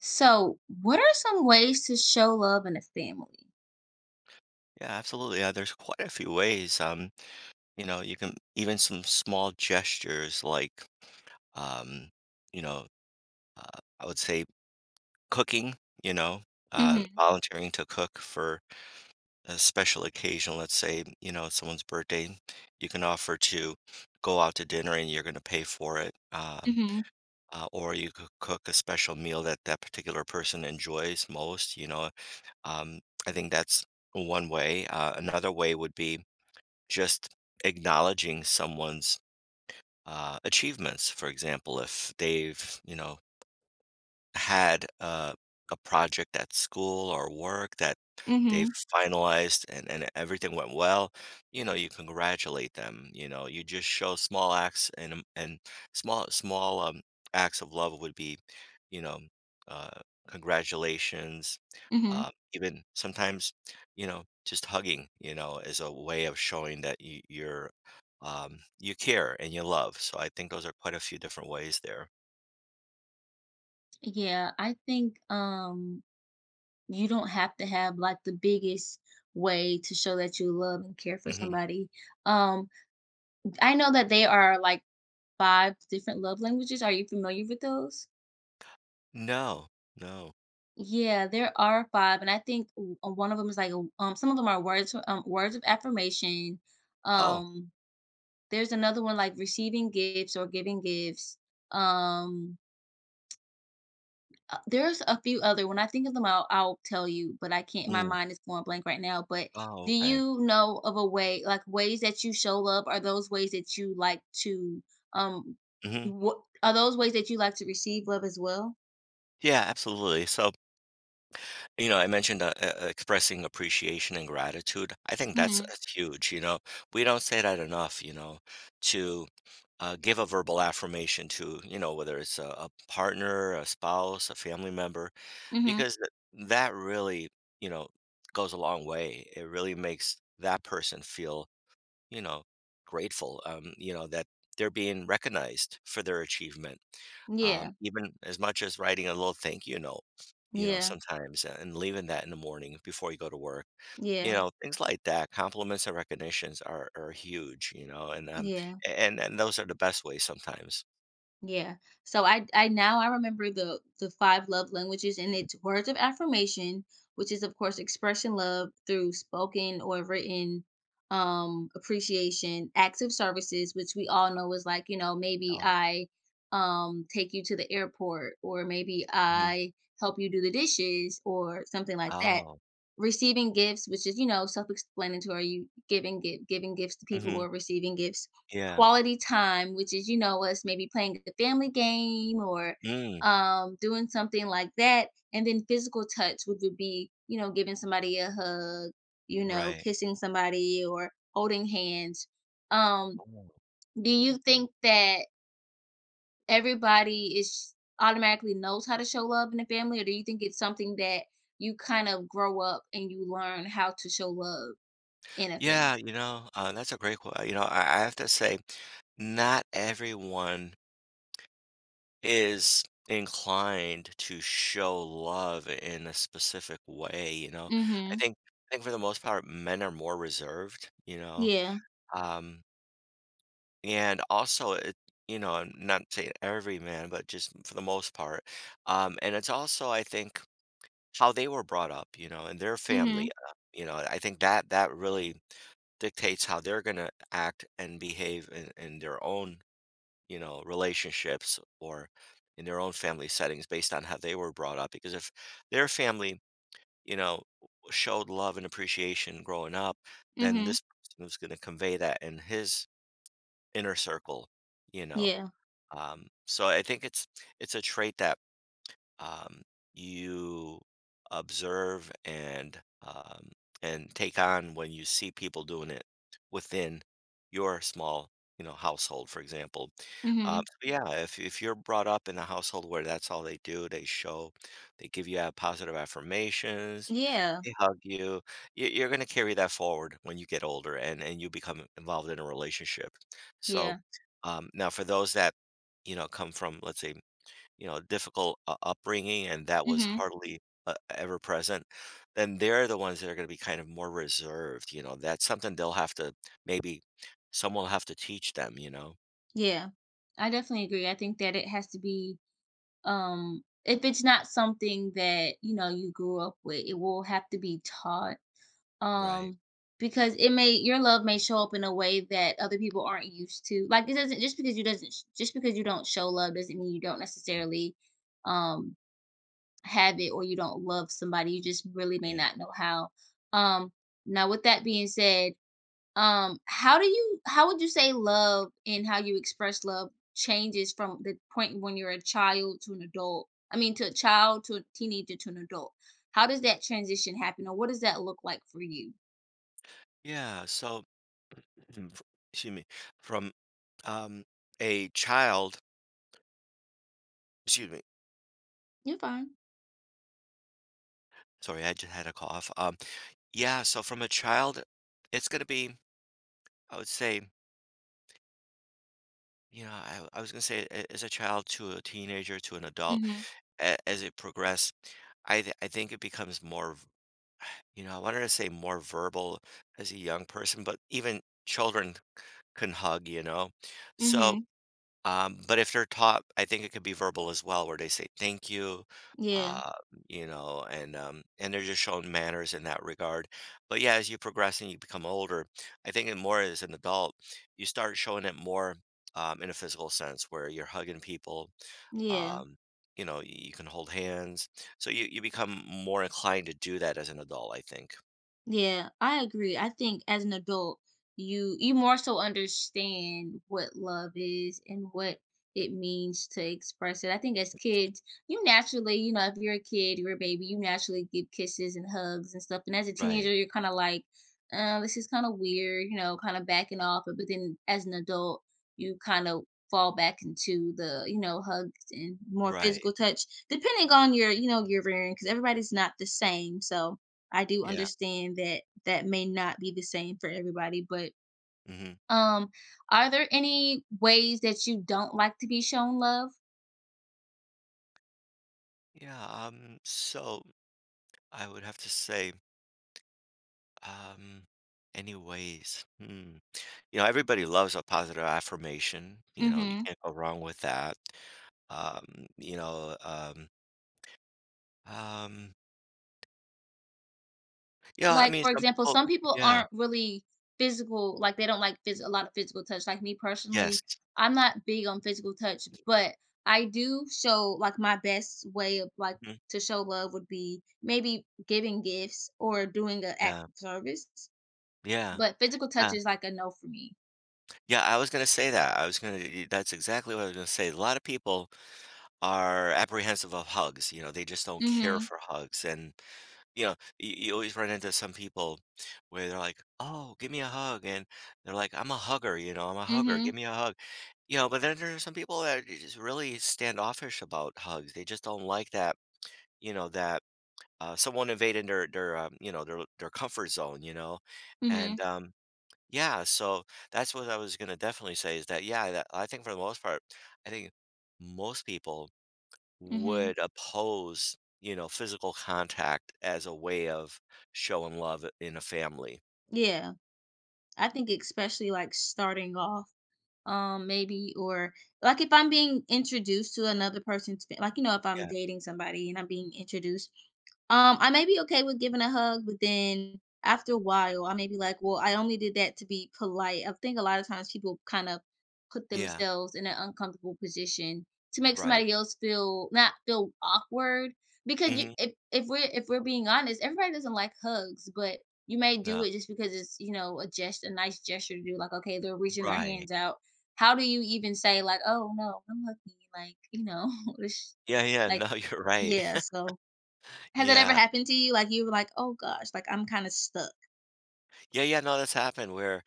So, what are some ways to show love in a family? Yeah, absolutely. There's quite a few ways. You can even some small gestures like, um, you know, I would say cooking, you know, volunteering to cook for a special occasion. Let's say, you know, someone's birthday, you can offer to go out to dinner and you're going to pay for it. Mhm. Or you could cook a special meal that particular person enjoys most, you know. Um, I think that's one way. Another way would be just acknowledging someone's achievements. For example, if they've, you know, had a project at school or work that they've Mhm. finalized and everything went well, you know, you congratulate them, you know, you just show small acts and small acts of love would be, you know, uh, congratulations, Mhm. even sometimes, you know, just hugging, you know, is a way of showing that you're you care and you love, so I think those are quite a few different ways there. Yeah, I think you don't have to have like the biggest way to show that you love and care for Mhm. somebody. Um I know that they are like 5 different love languages. Are you familiar with those? No, no. Yeah, there are five, and I think one of them is like some of them are words of affirmation. Oh, Um, there's another one like receiving gifts or giving gifts. Um, there's a few other when I think of them, I'll tell you, but I can't my mm. mind is going blank right now, but Oh, do okay. you know of a way like, ways that you show love? Are those ways that you like to, um Mhm. what are those ways that you like to receive love as well? Yeah, absolutely. So, you know, I mentioned, e e expressing appreciation and gratitude. I think that's Mhm, that's huge, you know? We don't say that enough, you know, to, give a verbal affirmation to, you know, whether it's a partner, a spouse, a family member, mhm. because th that really, you know, goes a long way. It really makes that person feel you know, grateful, you know, that they're being recognized for their achievement. Yeah, Even as much as writing a little thank you note, you know, yeah, sometimes and leaving that in the morning before you go to work. You yeah, know, things like that, compliments and recognitions are huge, you know, and um yeah. a- and and those are the best ways sometimes. Yeah. So I now I remember the 5 love languages and it's words of affirmation, which is of course expressing love through spoken or written appreciation, acts of services, which we all know is like, you know, maybe Oh. I take you to the airport or maybe Mhm. I help you do the dishes or something like that. Oh. Receiving gifts, which is, you know, self-explanatory, you giving giving gifts to people Hmm. or receiving gifts Yeah. quality time, which is, you know, us maybe playing a family game or Mm, doing something like that. And then physical touch, which would be, you know, giving somebody a hug, you know, right. kissing somebody or holding hands. Um, Oh. do you think that everybody is automatically knows how to show love in the family, or do you think it's something that you kind of grow up and you learn how to show love in a family? Yeah, you know, that's a great question. You know, I have to say, not everyone is inclined to show love in a specific way, you know? I Mm-hmm. think I think for the most part, men are more reserved, you know? Yeah. Um, and also it you know, I'm not saying every man, but just for the most part. And it's also I think how they were brought up, you know, and their Mm-hmm. family, you know, I think that really dictates how they're going to act and behave in their own you know relationships or in their own family settings based on how they were brought up because if their family you know showed love and appreciation growing up, then Mm-hmm. this person was going to convey that in his inner circle, you know. Yeah. So I think it's a trait that, um, you observe and, and take on when you see people doing it within your small, you know, household, for example. Um, Mm-hmm. so yeah, if you're brought up in a household where that's all they do, they show, they give you positive affirmations, Yeah, they hug you, you- you're going to carry that forward when you get older and you become involved in a relationship. So, yeah, now for those that, you know, come from, let's say, you know, difficult u upbringing and that was mhm, hardly, ever present, then they're the ones that are gonna be kind of more reserved, you know, that's something they'll have to maybe someone will have to teach them, you know? yeah. I definitely agree. I think that it has to be, if it's not something that you know you grew up with, it will have to be taught, Right, um, because it may your love may show up in a way that other people aren't used to. Like it doesn't just because you doesn't sh- just because you don't show love doesn't mean you don't necessarily, um, have it or you don't love somebody. You just really may right. not know how. Um, now with that being said, how do you how would you say love and how you express love changes from the point when you're a child to an adult? I mean, to a child, to a teenager, to an adult. How does that transition happen, or what does that look like for you? Yeah, so mm, f excuse me, from, um, a child, excuse me, You're fine. sorry, I just had a cough, yeah, so from a child, it's gonna be, I would say, you know, I was gonna say a as a child to a teenager to an adult, Mhm. As it progressed, I think it becomes more, you know, I wanted to say more verbal as a young person, but even children can hug, you know. So, Mhm. But if they're taught, I think it could be verbal as well, where they say thank you, Yeah. uh, you know, and, and they're just shown manners in that regard. But yeah, as you progress and you become older, I think it more as an adult, you start showing it more, in a physical sense, where you're hugging people, Yeah. um, you know, you can hold hands, so you become more inclined to do that as an adult, I think. Yeah, I agree. I think as an adult, you more so understand what love is and what it means to express it. I think as kids, you naturally, you know, if you're a kid, you're a baby, you naturally give kisses and hugs and stuff. And as a Right. teenager, you're kind of like, this is kind of weird, you know, kind of backing off. But then as an adult, you kind of fall back into the, you know, hugs and more Right. physical touch, depending on your, you know, your variant, because everybody's not the same. So I do Yeah. understand that that may not be the same for everybody, but Hmm. um are there any ways that you don't like to be shown love? Yeah. So I would have to say. Um, Anyways, hmm. You know, everybody loves a positive affirmation. You know, you hmm can't go wrong with that. Um, you know, um, um, yeah, I Like mean, for some example, people, some people yeah, aren't really physical, like they don't like a lot of physical touch. Like me yes, personally, I'm not big on physical touch, but I do show like my best way of like mhm, to show love would be maybe giving gifts or doing an act yeah, of service. yeah, But physical touch yeah, is like a no for me. yeah. I was gonna say that. I was gonna. Y- That's exactly what I was gonna say. A lot of people are apprehensive of hugs. You know, they just don't care Mm-hmm. for hugs, and you know, you always run into some people where they're like, "Oh, give me a hug," and they're like, "I'm a hugger," you know, "I'm a hugger, Mm-hmm. give me a hug," you know. But then there are some people that are just really standoffish about hugs. They just don't like that, you know, that someone invaded their you know their comfort zone, you know, and Mm-hmm. Yeah. So that's what I was gonna definitely say is that yeah, that, I think for the most part, I think most people Mhm. would oppose, you know, physical contact as a way of showing love in a family. Yeah. I think especially, like, starting off, maybe, or like if I'm being introduced to another person's like you know, if I'm Yeah. dating somebody and I'm being introduced, I may be okay with giving a hug, but then after a while, I may be like, well, I only did that to be polite. I think a lot of times people kind of put Yeah. themselves in an uncomfortable position to make Right. somebody else feel not feel awkward because you Hmm. if we're if we're being honest everybody doesn't like hugs but you may do No. it just because it's you know a gesture a nice gesture to do like okay they're reaching their Right. hands out how do you even say like, "Oh, no, I'm lucky," like, you know, it's Yeah. Yeah. No, like you're right. yeah, so has that ever yeah. happened to you? Like, you were like, "Oh gosh, like, I'm kinda stuck." Yeah. Yeah. No, that's happened where,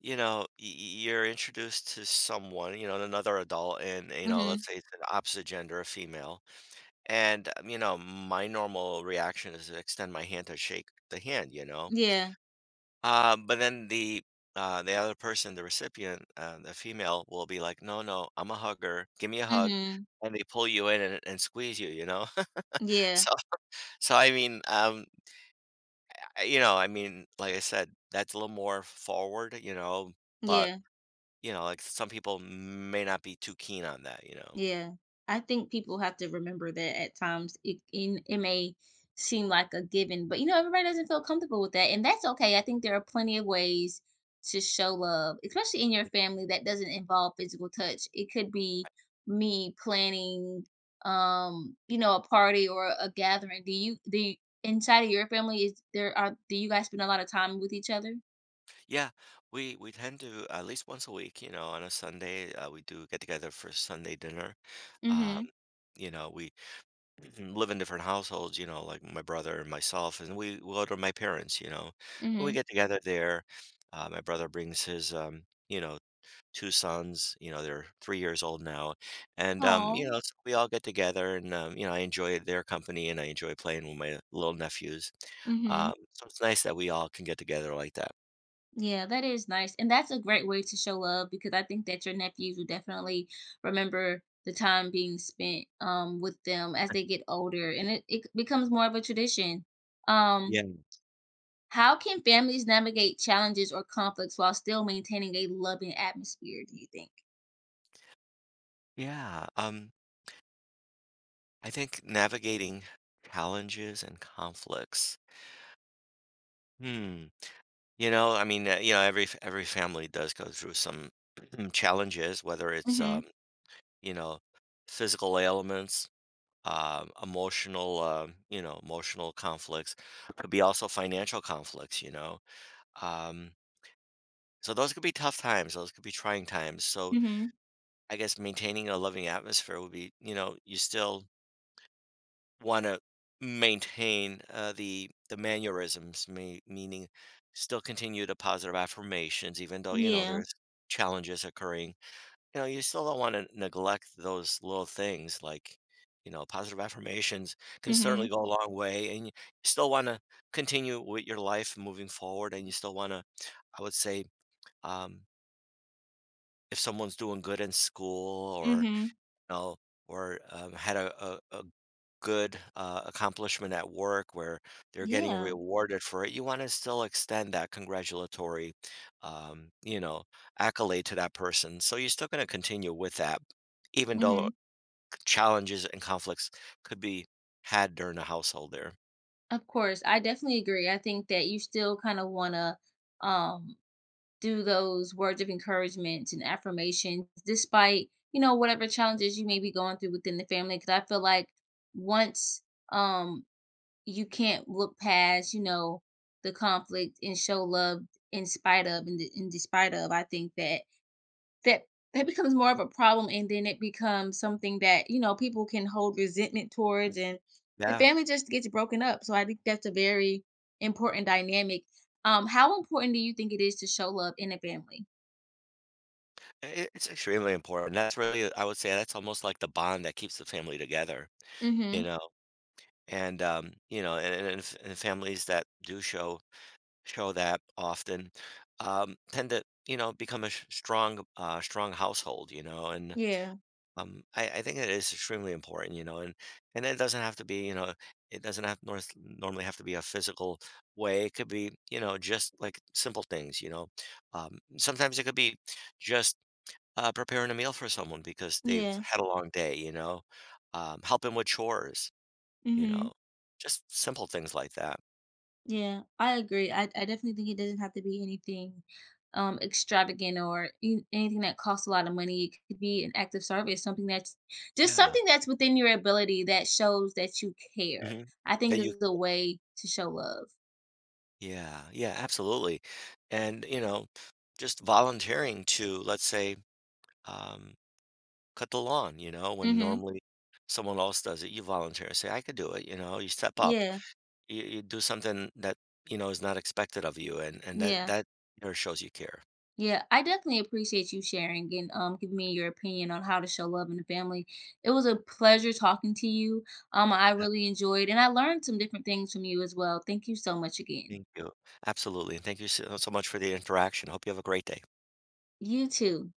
you know, you're introduced to someone, you know, another adult, and, you know, Mhm. let's say it's an opposite gender, a female. And, you know, my normal reaction is to extend my hand to shake the hand, you know? Yeah. Uh, but then the other person, the recipient, the female, will be like, "No, no, I'm a hugger. Give me a hug," Mhm. and they pull you in and squeeze you. You know, Yeah. so so I mean, you know, I mean, like I said, that's a little more forward. You know, but Yeah. you know, like some people may not be too keen on that. You know, Yeah, I think people have to remember that at times it may seem like a given, but you know everybody doesn't feel comfortable with that, and that's okay. I think there are plenty of ways to show love, especially in your family that doesn't involve physical touch. It could be me planning, you know, a party or a gathering. Do you, inside of your family is there are do you guys spend a lot of time with each other? yeah, we tend to at least once a week, you know, on a Sunday, we do get together for Sunday dinner. Um, Mhm. you know, we mhm, live in different households, you know, like my brother and myself, and we go to my parents, you know, and we Mhm. get together there. My brother brings his, you know, two sons, you know, they're 3 years old now, and you Oh. know, so we all get together, and you know, I enjoy their company, and I enjoy playing with my little nephews. Mhm. So it's nice that we all can get together like that. Yeah, that is nice, and that's a great way to show love because I think that your nephews will definitely remember the time being spent, with them as they get older, and it becomes more of a tradition. Um, how can families navigate challenges or conflicts while still maintaining a loving atmosphere, do you think? Yeah, I think navigating challenges and conflicts. Hmm. You know, I mean, you know, every family does go through some challenges, whether it's Mhm. you know, physical ailments, emotional, you know, emotional conflicts. Could be also financial conflicts. You know, um, so those could be tough times. Those could be trying times. So Mhm. I guess maintaining a loving atmosphere would be, you know, you still wanna maintain, the mannerisms, meaning still continue the positive affirmations even though, you know, Yeah. there's challenges occurring. You know, you still don't wanna neglect those little things like, you know, positive affirmations can Mhm. certainly go a long way, and you still wanna continue with your life moving forward, and you still wanna, I would say, um, if someone's doing good in school or Mhm. know, or had a, good accomplishment at work where they're getting Yeah. rewarded for it, you want to still extend that congratulatory, you know, accolade to that person. So you're still going to continue with that, even though Mhm. challenges and conflicts could be had during the household there. Of course, I definitely agree. I think that you still kind of want to um do those words of encouragement and affirmations despite, you know, whatever challenges you may be going through within the family. Cause I feel like once um you can't look past, you know, the conflict and show love in spite of and in despite of, I think that that that becomes more of a problem and then it becomes something that, you know, people can hold resentment towards and the Yeah, family just gets broken up. So I think that's a very important dynamic. How important do you think it is to show love in a family? i- it's extremely important. That's really, I would say, that's almost like the bond that keeps the family together, you Mhm. know. And you know, and families that do show that often, tend to you know become strong strong household, you know, and Yeah. I think it is extremely important, you know, and it doesn't have to be, you know, it doesn't have north normally have to be a physical way, it could be, you know, just like simple things, you know, sometimes it could be just preparing a meal for someone because they've Yeah. had a long day, you know, helping with chores, you know, Mhm. just simple things like that. Yeah. I agree. I definitely think it doesn't have to be anything extravagant or anything that costs a lot of money. It could be an act of service, something that's just Yeah. something that's within your ability that shows that you care. Hmm. I that think you is a way to show love. Yeah, yeah, absolutely. And, you know, just volunteering to, let's say, um, cut the lawn, you know, when Mhm. normally someone else does it, you volunteer, say, I could do it, you know, you step up, Yeah. You do something that, you know, is not expected of you. And, that, Yeah. that there shows you care. Yeah, I definitely appreciate you sharing and giving me your opinion on how to show love in the family. It was a pleasure talking to you. I Yeah, really enjoyed and I learned some different things from you as well. Thank you so much again. thank you. Absolutely. And thank you so, so much for the interaction. Hope you have a great day. You too.